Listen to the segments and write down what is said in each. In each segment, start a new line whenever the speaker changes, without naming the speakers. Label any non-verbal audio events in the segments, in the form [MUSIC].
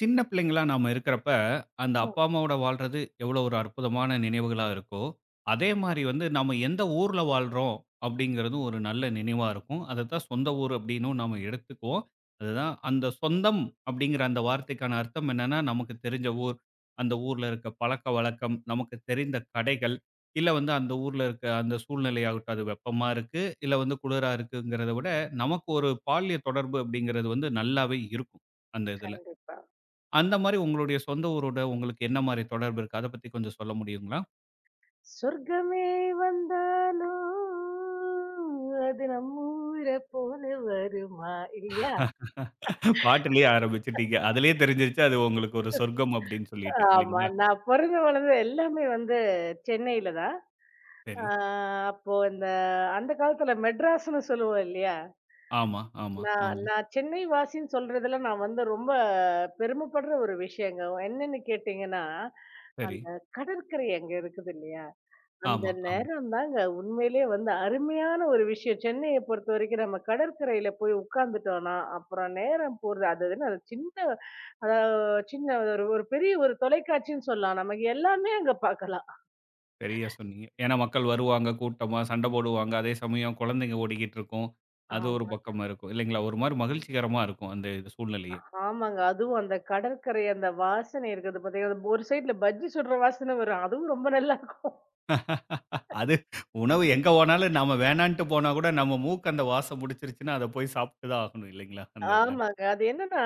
சின்ன பிள்ளைங்களா நாம இருக்கிறப்ப, அந்த
ம்.
அப்பா, அம்மாவோட வாழ்றது எவ்வளோ ஒரு அற்புதமான நினைவுகளா இருக்கோ, அதே மாரி வந்து நாம எந்த ஊர்ல வாழ்றோம் அப்படிங்கிறதும் ஒரு நல்ல நினைவா இருக்கும். அதத்தான் சொந்த ஊர் அப்படின்னும் நாம எடுத்துக்குவோம். அதுதான் அந்த சொந்தம் அப்படிங்கிற அந்த வார்த்தைக்கான அர்த்தம் என்னன்னா, நமக்கு தெரிஞ்ச ஊர், அந்த ஊர்ல இருக்க பழக்கவழக்கம், நமக்கு தெரிந்த கடைகள், இல்ல வந்து அந்த ஊர்ல இருக்க அந்த சூழ்நிலையாகட்டும், அது வெப்பமா இருக்கு, இல்ல வந்து குளிரா இருக்குங்கிறத விட, நமக்கு ஒரு பால்ய தொடர்பு அப்படிங்கிறது வந்து நல்லாவே இருக்கும், அந்த இதுல.
கண்டிப்பா.
அந்த மாரி உங்களுடைய சொந்த ஊரோட உங்களுக்கு என்ன மாரி தொடர்பு இருக்கு? அத பத்தி கொஞ்சம் சொல்ல முடியுங்களா?
சொர்க்கமே வந்தாலும் அது நம்ம ஊர போல வருமா இல்லையா?
பாட்டுலயே ஆரம்பிச்சுட்டீங்க. அதிலயே தெரிஞ்சிருச்சு அது உங்களுக்கு ஒரு சொர்க்கம் அப்படின்னு சொல்லிட்டு
ஆமா.
இல்லைங்களா?
நான் பொறந்து வளர்ந்தது எல்லாமே வந்து சென்னையில தான். ஆ
சரி.
அப்போ இந்த அந்த காலத்துல மெட்ராஸ்ன்னு சொல்லுவோம் இல்லையா?
ஆமா, ஆமா,
நான்
ஆமா.
நான் சென்னை வாசின்னு சொல்றதுல நான் வந்து ரொம்ப பெருமைப்படுற ஒரு விஷயங்க. என்னன்னு கேட்டீங்கன்னா,
சரி.
அந்த கடற்கரை அங்க இருக்குது இல்லையா? அந்த
ஆமா, ஆமா.
நேரம் தாங்க உண்மையிலேயே வந்து அருமையான ஒரு விஷயம். சென்னைய பொறுத்தவரைக்கும் நம்ம கடற்கரையில போய் உட்கார்ந்துட்டோம்னா, அப்புறம் நேரம் போறது அது என்ன அது அத சின்ன ஒரு ஒரு பெரிய ஒரு தொலைக்காட்சின்னு சொல்லலாம். நமக்கு எல்லாமே அங்க பார்க்கலாம்.
சரியா சொன்னீங்க. ஏன்னா மக்கள் வருவாங்க கூட்டமா, சண்ட போடுவாங்க. அதே சமயம் குழந்தைங்க ஓடிக்கிட்டு இருக்கும். அது ஒரு
ஆமா.
பக்கமா இருக்கும் இல்லைங்களா? ஒரு மாரி மகிழ்ச்சிகரமா இருக்கும் அந்த இது சூழ்நிலையே.
ஆமாங்க. அதுவும் அந்த கடற்கரை அந்த வாசனை இருக்குது பாத்தீங்கன்னா, ஒரு சைடுல பஜ்ஜி சுடுற வாசனை வரும். அதுவும் ரொம்ப நல்லாருக்கும்.
அது உணவு எங்க போனாலும் நாம வேணான்ட்டு போனா கூட நம்ம மூக்கு அந்த வாசம் புடிச்சிருச்சுன்னா, அத போய் சாப்பிட்டு தான் ஆகணும் இல்லைங்களா? அந்த இதுல.
ஆமாங்க. அது என்னன்னா,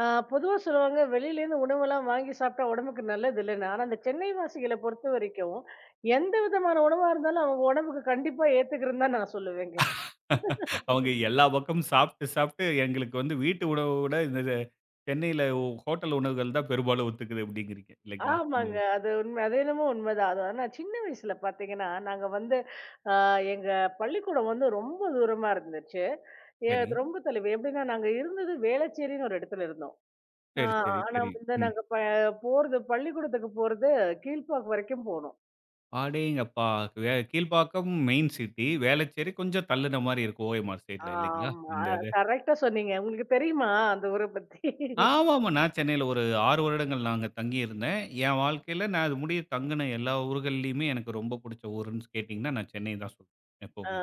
அ பொதுவா சொல்லுவாங்க, வெளியிலேருந்து உணவெல்லாம் வாங்கி சாப்பிட்டா உடம்புக்கு நல்லது இல்லைன்னு. ஆனா, அந்த சென்னை வாசிகள பொறுத்த வரைக்கும், எந்த விதமான உணவா இருந்தாலும் அவங்க உடம்புக்கு கண்டிப்பா ஏத்துக்கிறதுன்னு தான் நான் சொல்லுவேங்க.
அவங்க எல்லா பக்கமும் சாப்பிட்டு, சாப்பிட்டு எங்களுக்கு வந்து வீட்டு உணவ விட இந்த இது சென்னையில ஹோட்டல் உணவுகள் தான் பெரும்பாலும் ஒத்துக்குது அப்படிங்கிறீங்க இல்லைங்களா? இந்த
ஆமாங்க.
இது.
அது உண்மை. அது என்னமோ உண்மைதான். அது ஆனா சின்ன வயசுல பார்த்தீங்கன்னா, நாங்க வந்து அ எங்க பள்ளிக்கூடம் வந்து ரொம்ப தூரமா இருந்துச்சு.
சரி,
அது ரொம்ப தொலைவு. எப்படின்னா, நாங்க இருந்தது வேளச்சேரின்னு ஒரு இடத்துல இருந்தோம். ஆ
சரி, சரி,
ஆனா
சரி.
வந்து
ம்.
நாங்க போறது பள்ளிக்கூடத்துக்கு போறது கீழ்ப்பாக்கம் வரைக்கும் போணும்.
அடேங்கப்பா! கீழ்ப்பாக்கம் மெயின் சிட்டி, வேளச்சேரி கொஞ்சம் தள்ளுன மாரி இருக்கும் ஓஎம்ஆர் சைட்ல இல்லைங்களா?
ஆமா.
இந்த இது.
கரெக்ட்டா சொன்னீங்க. உங்களுக்கு தெரியுமா அந்த ஊர பத்தி?
ஆமாமா. நான் சென்னையில ஒரு 6 வருடங்கள் நாங்க தங்கியிருந்தேன். என் வாழ்க்கையில நான் அது முடிய தங்குன எல்லா ஊர்கள்லயுமே எனக்கு ரொம்ப புடிச்ச ஊருன்னு கேட்டீங்கன்னா, நான் சென்னை தான் சொல்லுவேன்
ஆ.
எப்பவுமே.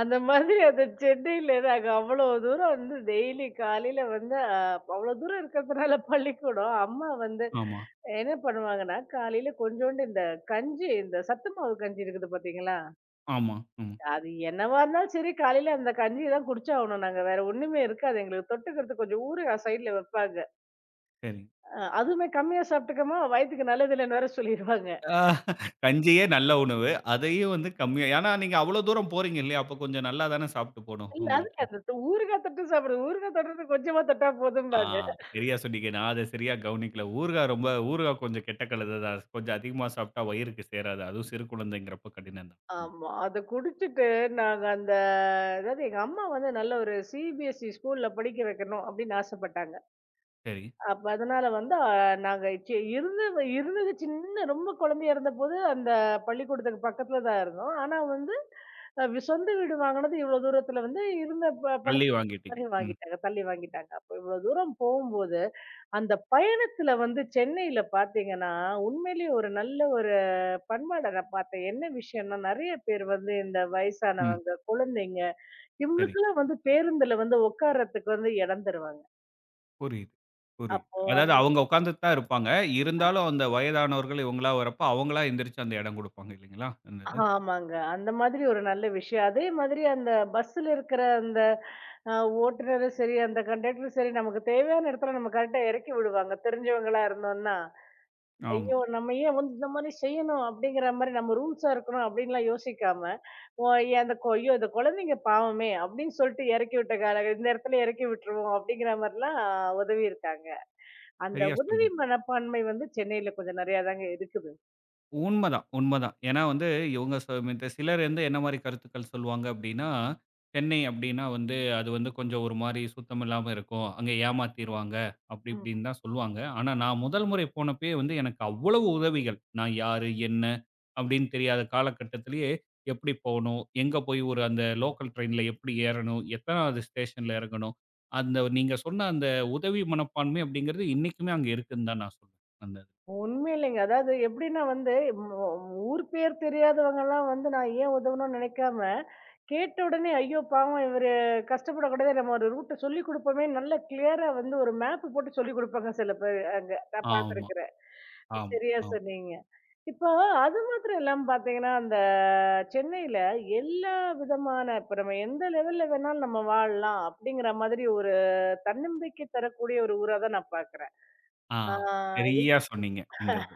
அந்த மாதிரி அந்த சென்னையில நாங்க அவ்வளோ தூரம் வந்து டெய்லி காலையில வந்து அவ்வளோ தூரம் இருக்கிறதுனால பள்ளிக்கூடம், அம்மா வந்து
ஆமா,
என்ன பண்ணுவாங்கன்னா, காலையில கொஞ்சோண்டு இந்த கஞ்சி, இந்த சத்து மாவு கஞ்சி இருக்குது பார்த்தீங்களா?
ஆமா, ஆமா.
அது என்னவா இருந்தாலும் சரி காலையில அந்த கஞ்சி தான் குடிச்சாகணும் நாங்க. வேற ஒண்ணுமே இருக்காது. எங்களுக்கு தொட்டுக்கிறதுக்கு கொஞ்சம் ஊறுகாய் சைடுல வைப்பாங்க.
சரி.
அதுவுமே கம்மியா சாப்பிட்டுக்கம்மா வயித்துக்கு நல்லது இல்லைன்னு வேற சொல்லிருவாங்க.
ஆ கஞ்சியே நல்ல உணவு. அதையும் வந்து கம்மியா ஏன்னா நீங்க அவ்ளோ தூரம் போறீங்க இல்லையா? அப்ப கொஞ்சம் நல்லா தானே சாப்ட்டு போணும்
இல்ல
உங்களுக்கு.
அதுல அந்த ஊறுகாய் தொட்டு சாப்பிடுறது. ஊறுகாய் தொட்டுறது கொஞ்சமா தொட்டா
ஆ
போதும்பாங்க.
சரியா சொன்னீங்க. நான் அத சரியா கவனிக்கல. ஊறுகாய் ரொம்ப ஊறுகாய் கொஞ்சம் கெட்ட கலந்த தான். கொஞ்சம் அதிகமா சாப்ட்டா வயிறுக்கு சேராது. அதுவும் சிறு குழந்தைங்கிறப்ப கடினம் தான். ம்.
ஆமா. அத குடிச்சிட்டு நாங்க அந்த அதாவது எங்க அம்மா வந்து நல்ல ஒரு சிபிஎஸ்இ ஸ்கூல்ல படிக்க வைக்கணும் அப்படின்னு ஆசைப்பட்டாங்க.
சரி.
அப்ப அதனால வந்து நாங்க இருந்தது இருந்தது ரொம்ப குழந்தையா இருந்தபோது அந்த பள்ளிக்கூடத்துக்கு பக்கத்துல தான் இருந்தோம். ஆனா வந்து அ வி சொந்த வீடு வாங்குனது இவ்ளோ தூரத்துல வந்து இருந்த பணத்த
அள்ளி வாங்கிட்டீங்க. ம்,
தள்ளி வாங்கிட்டாங்க. அப்ப இவ்ளோ தூரம் போம்போது, அந்த பயணத்துல வந்து சென்னையில பார்த்தீங்கன்னா, உண்மையிலேயே ஒரு நல்ல ஒரு பண்பாட நான் பார்த்தேன். என்ன விஷயம்னா, நெறைய பேர் வந்து இந்த
ம்.
வயசானவங்க, குழந்தைங்க
சரி.
இவங்களுக்கெல்லாம் வந்து பேருந்துல வந்து உட்கார்றதுக்கு வந்து இடம் தருவாங்க.
புரியுது, புரியுது.
அப்போ
அதாவது அவங்க உட்கார்ந்துட்டு தான் இருப்பாங்க. இருந்தாலும் அந்த வயதானவர்கள் இவங்களா வரப்ப அவங்களா எந்திரிச்சு அந்த இடம் குடுப்பாங்க இல்லைங்களா? அந்த இது.
ஆமாங்க. அந்த மாதிரி ஒரு நல்ல விஷயம். அதே மாதிரி அந்த பஸ்ஸுல இருக்கிற அந்த அ ஓட்டுநரும் சரி, அந்த கண்டக்டரும் சரி, நமக்கு தேவையான இடத்துல நம்ம கரெக்ட்டா இறக்கி விடுவாங்க. தெரிஞ்சவங்களா இருந்தோம்னா,
ஆமா.
ஐயோ! நம்ம ஏன் வந்து இந்த மாரி செய்யணும் அப்படிங்கிற மாரி நம்ம ரூல்ஸா இருக்கணும் அப்படின்லாம் யோசிக்காம, ஓ ஏன் அந்த ஐயோ! இந்த குழந்தைங்க பாவமே அப்படின்னு சொல்லிட்டு இறக்கி விட்ட கால இந்த இடத்துல இறக்கி விட்டுருவோம் அப்படிங்கிற மாரிலாம் உதவியிருக்காங்க. அந்த
சரியா
உதவி
சொன்னீங்க.
மனப்பான்மை வந்து சென்னையில கொஞ்சம் நெறையா தாங்க இருக்குது.
உண்மதான், உண்மதான். ஏன்னா வந்து இவங்க இந்த சிலர் வந்து என்ன மாரி கருத்துக்கள் சொல்லுவாங்க அப்படின்னா, "சென்னை அப்படின்னா வந்து அது வந்து கொஞ்சம் ஒரு மாரி சுத்தம் இல்லாம இருக்கும். அங்க ஏமாத்திருவாங்க." அப்படி
ம்.
இப்படின்னு தான் சொல்லுவாங்க. ஆனா நான் முதல் முறை போனப்பயே வந்து எனக்கு அவ்வளவு உதவிகள். நான் யாரு? என்ன? அப்படின்னு தெரியாத காலகட்டத்திலேயே எப்படி போணும்? எங்க போய் ஒரு அந்த லோக்கல் ட்ரெயின்ல எப்படி ஏறணும்? எத்தனாவது ஸ்டேஷன்ல இறங்கணும்? அந்த நீங்க சொன்ன அந்த உதவி மனப்பான்மை அப்படிங்கிறது இன்னைக்குமே அங்க இருக்குன்னு தான் நான் சொல்வேன். அந்த
உண்மை இல்லைங்க. அதாவது எப்படின்னா வந்து மொ ஊர் பேர் தெரியாதவங்கலாம் வந்து நான் ஏன் உதவணும்னு நினைக்காம, கேட்ட உடனே ஐயோ! பாவம் இவரு கஷ்டப்படக்கூடாதே நம்ம ஒரு ரூட்ட சொல்லிக் குடுப்போமே நல்ல கிளியரா வந்து ஒரு மேப் போட்டு சொல்லிக் குடுப்பாங்க சில பேரு அங்க. நான்
ஆமா,
பார்த்துருக்கிறேன்.
ஆமா,
சரியா
ஆமா.
சொன்னீங்க. இப்போ அது மாத்திரம் இல்லாம பார்த்தீங்கன்னா, அந்த சென்னையில எல்லா விதமான இப்ப நம்ம எந்த லெவல்ல வேணாலும் நம்ம வாழலாம் அப்படிங்கிற மாதிரி ஒரு தன்னம்பிக்கை தரக்கூடிய ஒரு ஊரா தான் நான் பார்க்குறேன்.
ஆ.
ஆ
சரியா சொன்னீங்க. இந்த இது.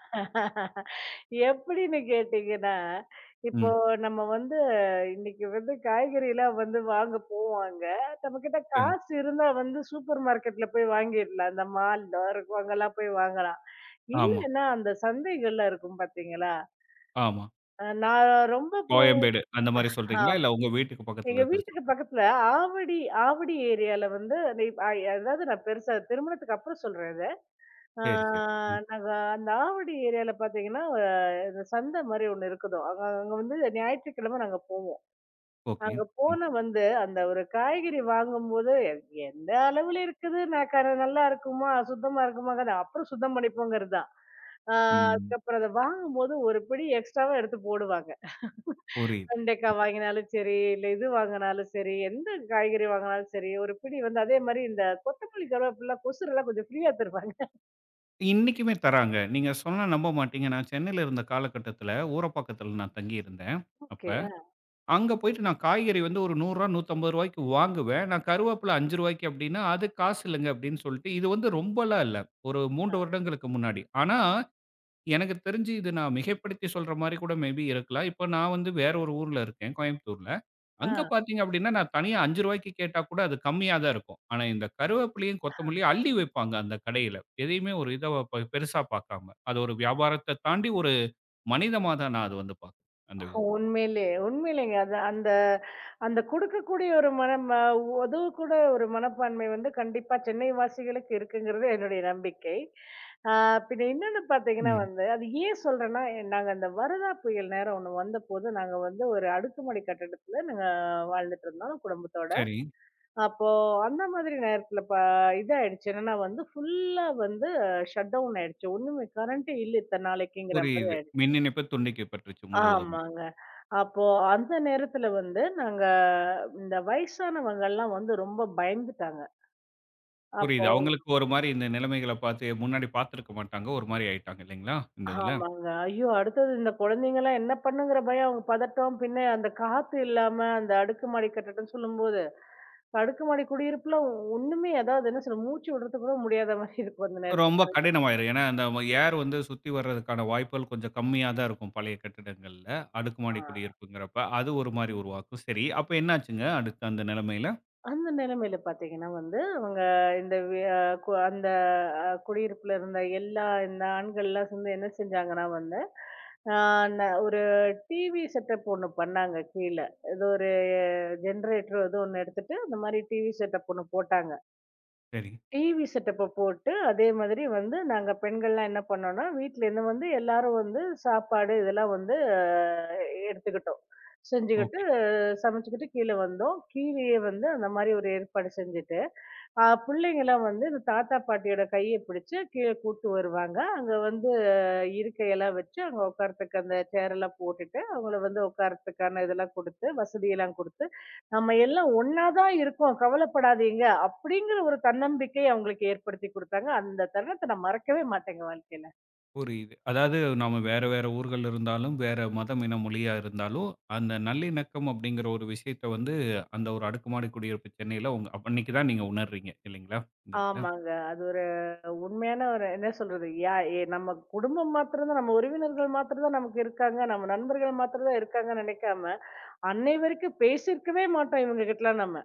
எப்படின்னு கேட்டீங்கன்னா, இப்போ
ம்.
நம்ம வந்து இன்னைக்கு வந்து காய்கறிலாம் வந்து வாங்க போவாங்க. நம்மகிட்ட
சரி.
காசு இருந்தா வந்து சூப்பர் மார்க்கெட்ல போய் வாங்கிடலாம். அந்த மால்ல இருக்கும் அங்கெல்லாம் போய் வாங்கலாம்.
ஆமா,
இல்லன்னா அந்த சந்தைகள்லாம் இருக்கும் பார்த்தீங்களா?
ஆமா.
அ நான் ரொம்ப போ
கோயம்பேடு அந்த மாரி சொல்றீங்களா?
ஆம்.
இல்ல உங்க வீட்டுக்கு பக்கத்துல
எங்க
இருக்கிறது
வீட்டுக்கு
சொல்றீங்களா?
பக்கத்துல ஆவடி ஆவடி ஏரியால வந்து, அந்த அதாவது நான் பெருசா திருமணத்துக்கு அப்புறம் சொல்றேன் இத. ஆ
சரி, சரி. ம்.
நாங்க அந்த ஆவடி ஏரியால பார்த்தீங்கன்னா, இந்த சந்தை மாரி ஒண்ணு இருக்குதாம். அங்க அங்க வந்து ஞாயிற்றுக்கிழமை நாங்க போவோம்.
ஓகே.
அங்க
ம்.
போனா வந்து அந்த ஒரு காய்கறி வாங்கும்போது, எந்த அளவுல இருக்குது, நான் நல்லா இருக்குமா? சுத்தமா இருக்குமாங்கிறத அப்புறம் சுத்தம் பண்ணிப்போங்கிறது தான். ஆ
ம்.
அதுக்கப்புறம் அத வாங்கும்போது ஒரு பிடி எக்ஸ்ட்ராவா எடுத்து போடுவாங்க.
புரியுது.
வெண்டைக்காய்
புரியுது.
வாங்கினாலும் சரி, இல்ல இது வாங்கினாலும் சரி, எந்த காய்கறி வாங்கினாலும் சரி, ஒரு பிடி வந்து அதே மாரி இந்த கொத்தமல்லி, கருவேப்பிலலாம் கொசுரெல்லாம் கொஞ்சம் ஃப்ரீயா தருவாங்க. [LAUGHS]
இன்னைக்குமே தராங்க. நீங்க சொன்னா நம்ப மாட்டீங்க. நான் சென்னையில இருந்த காலகட்டத்துல ஊரப்பாக்கத்துல நான் தங்கியிருந்தேன். அப்ப.
ஓகே. அ,
அங்க போயிட்டு நான் காய்கறி வந்து ஒரு ரூ. 100 ரூ. 150க்கு வாங்குவேன். நான் கருவேப்பில ரூ. 5க்கு அப்படின்னா, அது காசு இல்லங்க அப்படின்னு சொல்லிட்டு இது வந்து ரொம்பலாம் இல்ல. ஒரு 3 வருடங்களுக்கு முன்னாடி. ஆனா எனக்கு தெரிஞ்சு இது நான் மிகைப்படுத்தி சொல்ற மாரி கூட மேபி இருக்கலாம். இப்ப நான் வந்து வேற ஒரு ஊர்ல இருக்கேன், கோயம்புத்தூர்ல. அங்க
ஆ.
பார்த்தீங்க அப்படின்னா, நான் தனியா ரூ. 5க்கு கேட்டா கூட அது கம்மியா தான் இருக்கும். ஆனா இந்த கருவேப்பிலையும், கொத்தமல்லியும் அள்ளி வைப்பாங்க அந்த கடையில. எதையுமே ஒரு இத பெருசா பார்க்காம. அது ஒரு வியாபாரத்த தாண்டி ஒரு மனிதமா தான் நான் அது வந்து பார்க்குறேன். அந்த இது.
உண்மையிலேயே, உண்மையிலேங்க. அது அந்த அந்த குடுக்கக்கூடிய ஒரு மனம் உதவக்கூட ஒரு மனப்பான்மை வந்து கண்டிப்பா சென்னை வாசிகளுக்கு இருக்குங்கிறது என்னுடைய நம்பிக்கை. ஆ பின்ன இன்னொன்னு பார்த்தீங்கன்னா
ம்.
வந்து, அது ஏன் சொல்றேன்னா, நாங்க அந்த வரதா புயல் நேரம் ஒண்ணு வந்தபோது, நாங்க வந்து ஒரு அடுக்குமாடி கட்டடத்துல நாங்க வாழ்ந்துட்டுருந்தோம் குடும்பத்தோட.
சரி.
அப்போ அந்த மாதிரி நேரத்துல இதாயிடுச்சு. என்னன்னா வந்து ஃபுல்லா வந்து ஷட் டவுன் ஆயிடுச்சு. ஒண்ணுமே கரண்ட்டே இல்ல இத்தன நாளைக்குங்கிற மாரி
புரியுது.
ஆயிடுச்சு.
மின் இணைப்பு துண்டிக்கப்பட்டுருச்சு முழுவதும்.
ஆமாங்க. அப்போ அந்த நேரத்துல வந்து நாங்க இந்த வயசானவங்கலாம் வந்து ரொம்ப பயந்துட்டாங்க.
புரியுது.
அப்போ
அவங்களுக்கு ஒரு மாரி இந்த நிலைமைகள பார்த்து முன்னாடி பார்த்துருக்க மாட்டாங்க. ஒரு மாரி ஆயிட்டாங்க இல்லைங்களா? இந்த இதுல?
ஆமாங்க. ஐயோ! அடுத்தது இந்த குழந்தைங்கலாம் என்ன பண்ணுங்கிற பயம், அவங்க பதட்டம். பின்ன அந்த காத்து இல்லாம அந்த அடுக்குமாடி கட்டடம்னு சொல்லும்போது, அடுக்குமாடி குடியிருப்புல ஒண்ணுமே அதாவது என்ன சொல்ல மூச்சு விடுறதுக்கு கூட முடியாத மாரி இருக்கும் அந்த
ரொம்ப
நேரத்துல.
கடினமாயிரும். ஏன்னா, அந்த ஏர் வந்து சுத்தி வர்றதுக்கான வாய்ப்புகள் கொஞ்சம் கம்மியா தான் இருக்கும் பழைய கட்டிடங்கள்ல. அடுக்குமாடி
ஆ.
குடியிருப்புங்கிறப்ப. அது ஒரு மாரி உருவாக்கும். சரி, அப்ப என்னாச்சுங்க அடுத்து அந்த நிலைமையில?
அந்த நிலைமையில பாத்தீங்கன்னா வந்து அவங்க இந்த வி- அ, கு- அந்த அ, குடியிருப்புல இருந்த எல்லா இந்த ஆண்கள்லாம் சேர்ந்து என்ன செஞ்சாங்கன்னா வந்து ஆ, ஒரு டிவி செட்டப் ஒன்று பண்ணாங்க கீழே ஏதோ ஒரு ஜென்ரேட்டர் ஏதோ ஒன்று எடுத்துட்டு அந்த மாதிரி டிவி செட்டப் ஒன்று போட்டாங்க
சரி,
டிவி செட்டப்பை போட்டு அதே மாதிரி வந்து நாங்கள் பெண்கள்லாம் என்ன பண்ணோம்னா வீட்டிலேருந்து வந்து எல்லாரும் வந்து சாப்பாடு இதெல்லாம் வந்து எடுத்துக்கிட்டோம் செஞ்சுக்கிட்டு
ஓகே.
சமைச்சுக்கிட்டு கீழ வந்தோம். கீழயே வந்து அந்த மாரி ஒரு ஏற்பாடு செஞ்சுட்டு, பிள்ளைங்கலாம் வந்து இந்த தாத்தா, பாட்டியோட கைய பிடிச்சு கீழ கூட்டு வருவாங்க. அங்க வந்து இருக்கையெல்லாம் வச்சு, அங்க உட்கார்றதுக்கு அந்த சேரெல்லாம் போட்டுட்டு, அவங்கள வந்து உட்கார்றதுக்கான இதெல்லாம் குடுத்து, வசதியெல்லாம் குடுத்து, "நம்ம எல்லாம் ஒண்ணா தான் இருக்கோம். கவலைப்படாதீங்க" அப்படிங்கிற ஒரு தன்னம்பிக்கை அவங்களுக்கு ஏற்படுத்தி குடுத்தாங்க. அந்த தருணத்த நான் மறக்கவே மாட்டேங்க வாழ்க்கையில.
புரியுது. அதாவது நாம வேற வேற ஊர்கள்ல இருந்தாலும், வேற மதம், இனம், மொழியா இருந்தாலும், அந்த நல்லிணக்கம் அப்படிங்கிற ஒரு விஷயத்த வந்து அந்த ஒரு அடுக்குமாடி குடியிருப்பு சென்னையில உங்க அப்ப- அன்னைக்கு தான் நீங்க உணர்றீங்க இல்லைங்களா? இந்த இதுல.
ஆமாங்க. அது ஒரு உண்மையான ஒரு என்ன சொல்றது? யா எ நம்ம குடும்பம் மாத்திரம் தான், நம்ம உறவினர்கள் மாத்திரம் தான் நமக்கு இருக்காங்க. நம்ம நண்பர்கள் மாத்திரம் தான் இருக்காங்கன்னு நினைக்காம, அன்னை வரைக்கும் பேசியிருக்கவே மாட்டோம் இவங்க கிட்டலாம் நம்ம.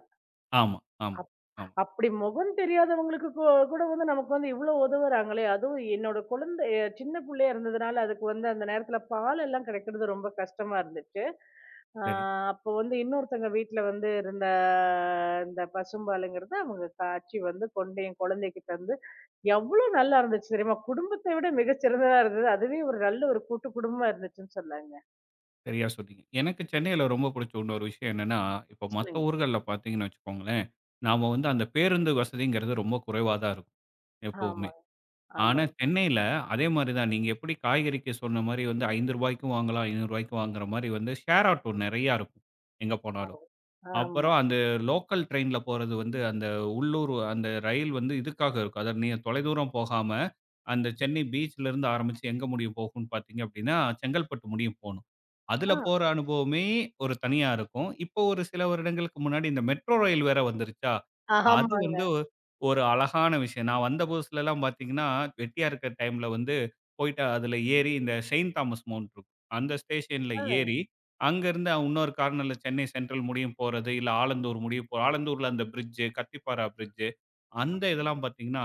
ஆமா, ஆமா,
அப்
ஆமா.
அப்படி முகம் தெரியாதவங்களுக்கு கூட வந்து நமக்கு வந்து இவ்ளோ உதவுறாங்களே! அதுவும் என்னோட குழந்தை சின்ன புள்ளையா இருந்ததுனால, அதுக்கு வந்து அந்த நேரத்தில பால் எல்லாம் கிடைக்கிறது ரொம்ப கஷ்டமா இருந்துச்சு. ஆ
சரி.
அப்போ வந்து இன்னொருத்தங்க வீட்ல வந்து இருந்த இந்த பசும்பாலுங்கிறது அவங்க காய்ச்சி வந்து கொண்டு என் குழந்தைக்கு தந்து, எவ்ளோ நல்லா இருந்துச்சு தெரியுமா? குடும்பத்தை விட மிகச்சிறந்ததா இருந்தது. அதுவே ஒரு நல்ல ஒரு கூட்டு குடும்பமா இருந்துச்சுன்னு சொன்னாங்க.
சரியா சொன்னீங்க. எனக்கு சென்னையில ரொம்ப பிடிச்ச இன்னொரு விஷயம் என்னன்னா, இப்ப மத்த
சொல்லுங்க.
ஊர்கள்ல பார்த்தீங்கன்னு வச்சுக்கோங்களேன், நாம வந்து அந்த பேருந்து வசதிங்கிறது ரொம்ப குறைவா தான் இருக்கும், எப்பவுமே.
ஆமாங்க,
ஆனா
ஆமாங்க.
சென்னையில அதே மாரி தான். நீங்க எப்படி காய்கறிக்கு சொன்ன மாரி வந்து ரூ. 5க்கும் வாங்கலாம், ரூ. 500க்கும் வாங்குற மாரி வந்து ஷேர் ஆட்டோ நெறையா இருக்கும், எங்க போனாலும்.
ஆமா. ஆமா.
அப்புறம் அந்த லோக்கல் ட்ரெயின்ல போறது வந்து அந்த உள்ளூர் அந்த ரயில் வந்து இதுக்காக இருக்கும். அதாவது நீங்க தொலைதூரம் போகாம, அந்த சென்னை பீச்ல இருந்து ஆரம்பிச்சு எங்க முடியும் போகும்ன்னு பார்த்தீங்க அப்படின்னா, செங்கல்பட்டு முடியும் போணும். அதுல போற அனுபவமே ஒரு தனியா இருக்கும். இப்போ ஒரு சில வருடங்களுக்கு முன்னாடி இந்த மெட்ரோ ரயில் வேற வந்துருச்சா, அது
ஆமாங்க.
வந்து ஒரு அழகான விஷயம். நான் வந்த புதுசுலலாம் பார்த்தீங்கன்னா, வெட்டியா இருக்கிற டைம்ல வந்து போயிட்டு அதுல ஏறி இந்த செயின்ட் தாமஸ் மவுண்ட் இருக்கும். அந்த ஸ்டேஷன்ல
அ
ஏறி அங்கேருந்து இன்னொரு கார்னர்ல சென்னை சென்ட்ரல் முடியும் போறது, இல்ல ஆலந்தூர் முடியும் போ ஆலந்தூர்ல அந்த பிரிட்ஜ், கத்திப்பாரா பிரிட்ஜ் அந்த இதெல்லாம் பார்த்தீங்கன்னா,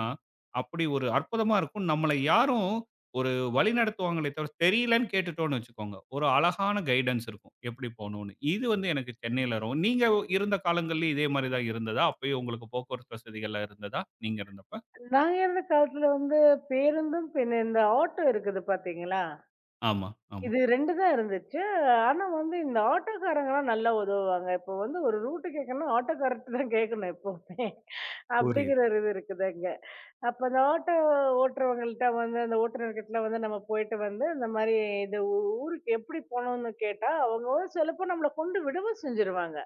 அப்படி ஒரு அற்புதமா இருக்கும். நம்மள யாரும் ஒரு வழிநடத்துவாங்களே தவிர தெரியலன்னு கேட்டுட்டோம்னு வச்சுக்கோங்க. ஒரு அழகான கைடன்ஸ் இருக்கும். எப்படி போணும்னு. இது வந்து எனக்கு சென்னையில நீங்க இருந்த காலங்கள்லயும் இதே மாரி தான் இருந்ததா? அப்பயும் உங்களுக்கு போக்குவரத்து வசதிகள்லாம் இருந்ததா? நீங்க இருந்தப்ப?
நாங்க இருந்த காலத்துல வந்து பேருந்தும், பின்ன இந்த ஆட்டோ இருக்குது பார்த்தீங்களா?
ஆமா, ஆமா.
இது 2 தான் இருந்துச்சு. ஆனா வந்து இந்த ஆட்டோக்காரங்கலாம் நல்லா உதவுவாங்க. இப்போ வந்து ஒரு ரூட் கேட்கணும்னா ஆட்டோக்காரர்ட்ட தான் கேட்கணும் எப்பவுமே.
புரியுது.
அப்படிங்கிற ஒரு இது இருக்குது அங்க. அப்ப அந்த ஆட்டோ ஓட்டுறவங்கள்ட்ட வந்து அந்த ஓட்டுநர்கிட்டலாம் வந்து நம்ம போயிட்டு வந்து இந்த மாரி இந்த ஊ ஊருக்கு எப்படி போணும்னு கேட்டா, அவங்க வந்து சிலப்போ நம்மள கொண்டு விடவும் செஞ்சுருவாங்க.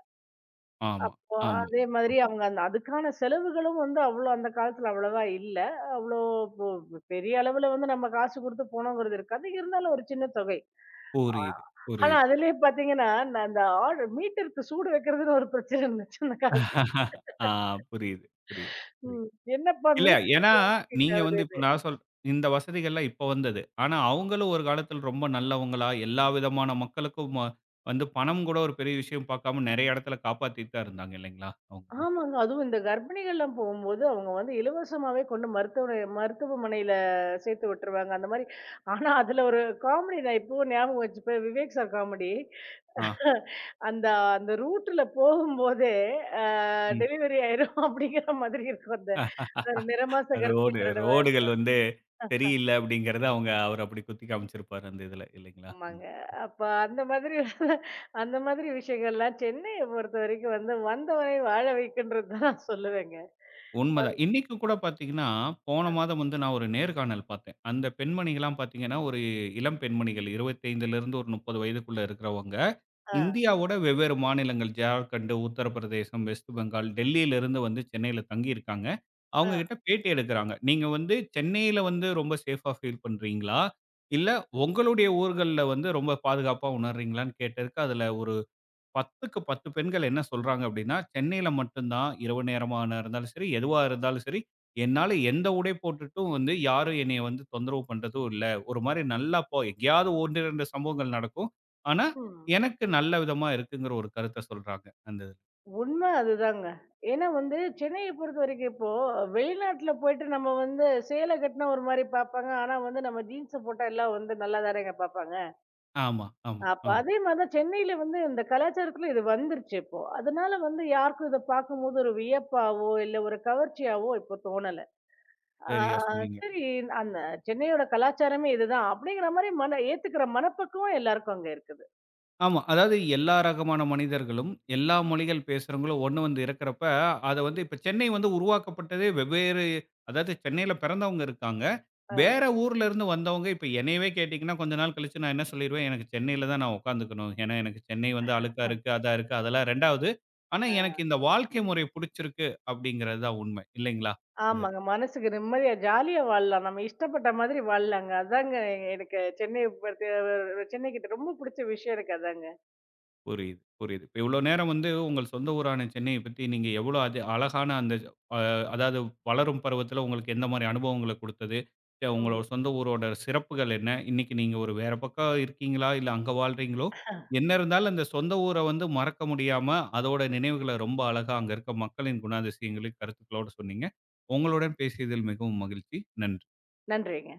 ஆமா,
இப்போ
ஆமா,
அதே மாதிரி
ஆமா.
அவங்க அந்த அதுக்கான செலவுகளும் வந்து அவ்வளோ அந்த காலத்துல அவ்வளவா இல்ல. அவ்வளோ போ பெரிய அளவுல வந்து நம்ம காசு குடுத்து போணுங்கிறது இருக்காது. இருந்தாலும் ஒரு சின்ன தொகை.
புரியுது,
ஆனா
புரியுது.
அதிலயே பார்த்தீங்கன்னா, நான் அந்த ஆடு மீட்டருக்கு சூடு வைக்கிறதுன்னு ஒரு பிரச்சனை இருந்துச்சு அந்த காலத்துல.
[LAUGHS] ஆ புரியுது, புரியுது, புரியுது.
ம். என்னப்பா
இல்ல.
மீட்டருக்கு
ஏன்னா,
எவ்ளோ ஹீட்
நீங்க வந்து இப்ப
ஆகுதுன்னு.
நான் சொல் இந்த வசதிகள்லாம் இப்ப வந்தது. ஆனா, அவங்களும் ஒரு காலத்துல ரொம்ப நல்லவங்களா, எல்லா விதமான மக்களுக்கும் வந்து பணம் கூட ஒரு பெரிய விஷயம் பார்க்காம நெறைய இடத்துல காப்பாத்திட்டு தான் இருந்தாங்க இல்லைங்களா? அவங்களும்.
ஆமாங்க. அதுவும் இந்த கர்ப்பிணிகள்லாம் போகும்போது, அவங்க வந்து இலவசமாவே கொண்டு மருத்துவமனையில சேர்த்து விட்டுருவாங்க. அந்த மாரி ஆனா அதுல ஒரு காமெடி நான் இப்பவும் ஞாபகம் வச்சுப்பேன். Vivek sir comedy.
ஆ.
அந்த அந்த ரூட்ல போகும்போதே அ
ம்.
டெலிவரி ஆயிரும் அப்படிங்கிற மாதிரி இருக்கும். அந்த
அ
ஒரு நிறமாச
ரோடு
கர்ப்பிணிகளோட
ரோடுகள் வந்து சரியில்ல அப்படிங்கிறத அவங்க அவர் அப்படி குத்தி காமிச்சிருப்பாரு அந்த இதுல இல்லைங்களா?
ஆமாங்க. அப்ப அந்த மாதிரி [LAUGHS] அந்த மாதிரி விஷயங்கள்லாம் சென்னைய பொறுத்தவரைக்கும் வந்து வந்தவனை வாழ வைக்கின்றது தான் நான் சொல்லுவேங்க.
உண்மதான். இன்னைக்கு கூட பார்த்தீங்கன்னா, போன மாதம் வந்து நான் ஒரு நேர்காணல் பார்த்தேன். அந்த பெண்மணிகள்லாம் பார்த்தீங்கன்னா, ஒரு இளம் பெண்மணிகள் 25லிருந்து ஒரு 30 வயதுக்குள்ள இருக்கிறவங்க.
ஆ,
இந்தியாவோட வெவ்வேறு மாநிலங்கள் ஜார்க்கண்ட், உத்தரப்பிரதேசம், வெஸ்ட் பெங்கால், டெல்லியிலிருந்து வந்து சென்னையில தங்கியிருக்காங்க. அவங்க
ஆ.
கிட்ட பேட்டி எடுக்குறாங்க. நீங்க வந்து சென்னையில வந்து ரொம்ப சேஃப்பா ஃபீல் பண்றீங்களா? இல்ல உங்களுடைய ஊர்கள்ல வந்து ரொம்ப பாதுகாப்பா உணர்றீங்களான்னு கேட்டதுக்கு, அதுல ஒரு 10க்கு 10 பெண்கள் என்ன சொல்றாங்க அப்படின்னா, சென்னையில மட்டும் தான் இரவு நேரமான இருந்தாலும் சரி, எதுவா இருந்தாலும் சரி, என்னால எந்த உடை போட்டுட்டும் வந்து யாரும் என்னைய வந்து தொந்தரவு பண்றதும் இல்ல. ஒரு மாரி நல்லா எங்கேயாவது 1, 2 சம்பவங்கள் நடக்கும். ஆனா,
ம்.
எனக்கு நல்ல விதமா இருக்குங்கிற ஒரு கருத்த சொல்றாங்க. அந்த இது.
உண்ம அதுதாங்க. ஏன்னா வந்து சென்னைய பொறுத்தவரைக்கும் இப்போ வெளிநாட்ல போயிட்டு நம்ம வந்து சேலை கட்டினா ஒரு மாரி பார்ப்பாங்க. ஆனா வந்து நம்ம ஜீன்ஸ போட்டா எல்லாம் வந்து நல்லா தானேங்க பார்ப்பாங்க.
ஆமா, ஆமா,
அப்ப
ஆமா.
அதே மாரி தான் சென்னையில வந்து இந்த கலாச்சாரத்துல இது வந்துருச்சு இப்போ. அதனால வந்து யாருக்கும் இத பார்க்கும்போது ஒரு வியப்பாவோ, இல்ல ஒரு கவர்ச்சியாவோ இப்போ தோணல. ஆ
சரியா சொன்னீங்க.
சரி, அந்த சென்னையோட கலாச்சாரமே இதுதான். அப்படிங்கிற மாரி மன ஏத்துக்கிற மனப்பக்குவம் எல்லாருக்கும் அங்க இருக்குது.
ஆமா. அதாவது எல்லா ரகமான மனிதர்களும், எல்லா மொழிகள் பேசுறவங்களும் ஒண்ணு வந்து இருக்கிறப்ப, அத வந்து இப்ப சென்னை வந்து உருவாக்கப்பட்டதே வெவ்வேறு அதாவது சென்னையில பிறந்தவங்க இருக்காங்க.
ஆ,
வேற ஊர்ல இருந்து வந்தவங்க இப்ப என்னையவே கேட்டீங்கன்னா, கொஞ்ச நாள் கழிச்சு நான் என்ன சொல்லிருவேன், எனக்கு சென்னையில தான் நான் உட்காந்துக்கணும். ஏன்னா எனக்கு சென்னை வந்து அழுக்கா இருக்கு, அதா இருக்கு, அதெல்லாம் 2வது. ஆனா
ஆ.
எனக்கு இந்த வாழ்க்கை முறை புடிச்சிருக்கு அப்படிங்கிறது தான் உண்மை. இல்லைங்களா? இந்த இது.
ஆமாங்க. மனசுக்கு நிம்மதியா ஜாலியா வாழலாம். நம்ம இஷ்டப்பட்ட மாதிரி வாழலாங்க. அதாங்க எனக்கு சென்னை பத்தி சென்னை கிட்ட ரொம்ப புடிச்ச விஷயம் எனக்கு அதாங்க.
புரியுது, புரியுது. இப்ப இவ்வளோ நேரம் வந்து உங்கள் சொந்த ஊரான சென்னைய பத்தி நீங்க எவ்வளோ அது அழகான அந்த அ அதாவது வளரும் பருவத்தில உங்களுக்கு எந்த மாரி அனுபவங்கள குடுத்தது, உங்களோட
ம்.
சொந்த ஊரோட சிறப்புகள் என்ன? இன்னைக்கு நீங்க ஒரு வேற பக்கம் இருக்கீங்களா? இல்ல அங்க வாழ்றீங்களோ? என்ன இருந்தாலும் அந்த சொந்த ஊர வந்து மறக்க முடியாம, அதோட நினைவுகள ரொம்ப அழகா அங்க இருக்க மக்களின் குணாதிசயங்களையும், கருத்துக்களோட சொன்னீங்க. உங்களுடன் பேசியதில் மிகவும் மகிழ்ச்சி. நன்றி.
நன்றிங்க.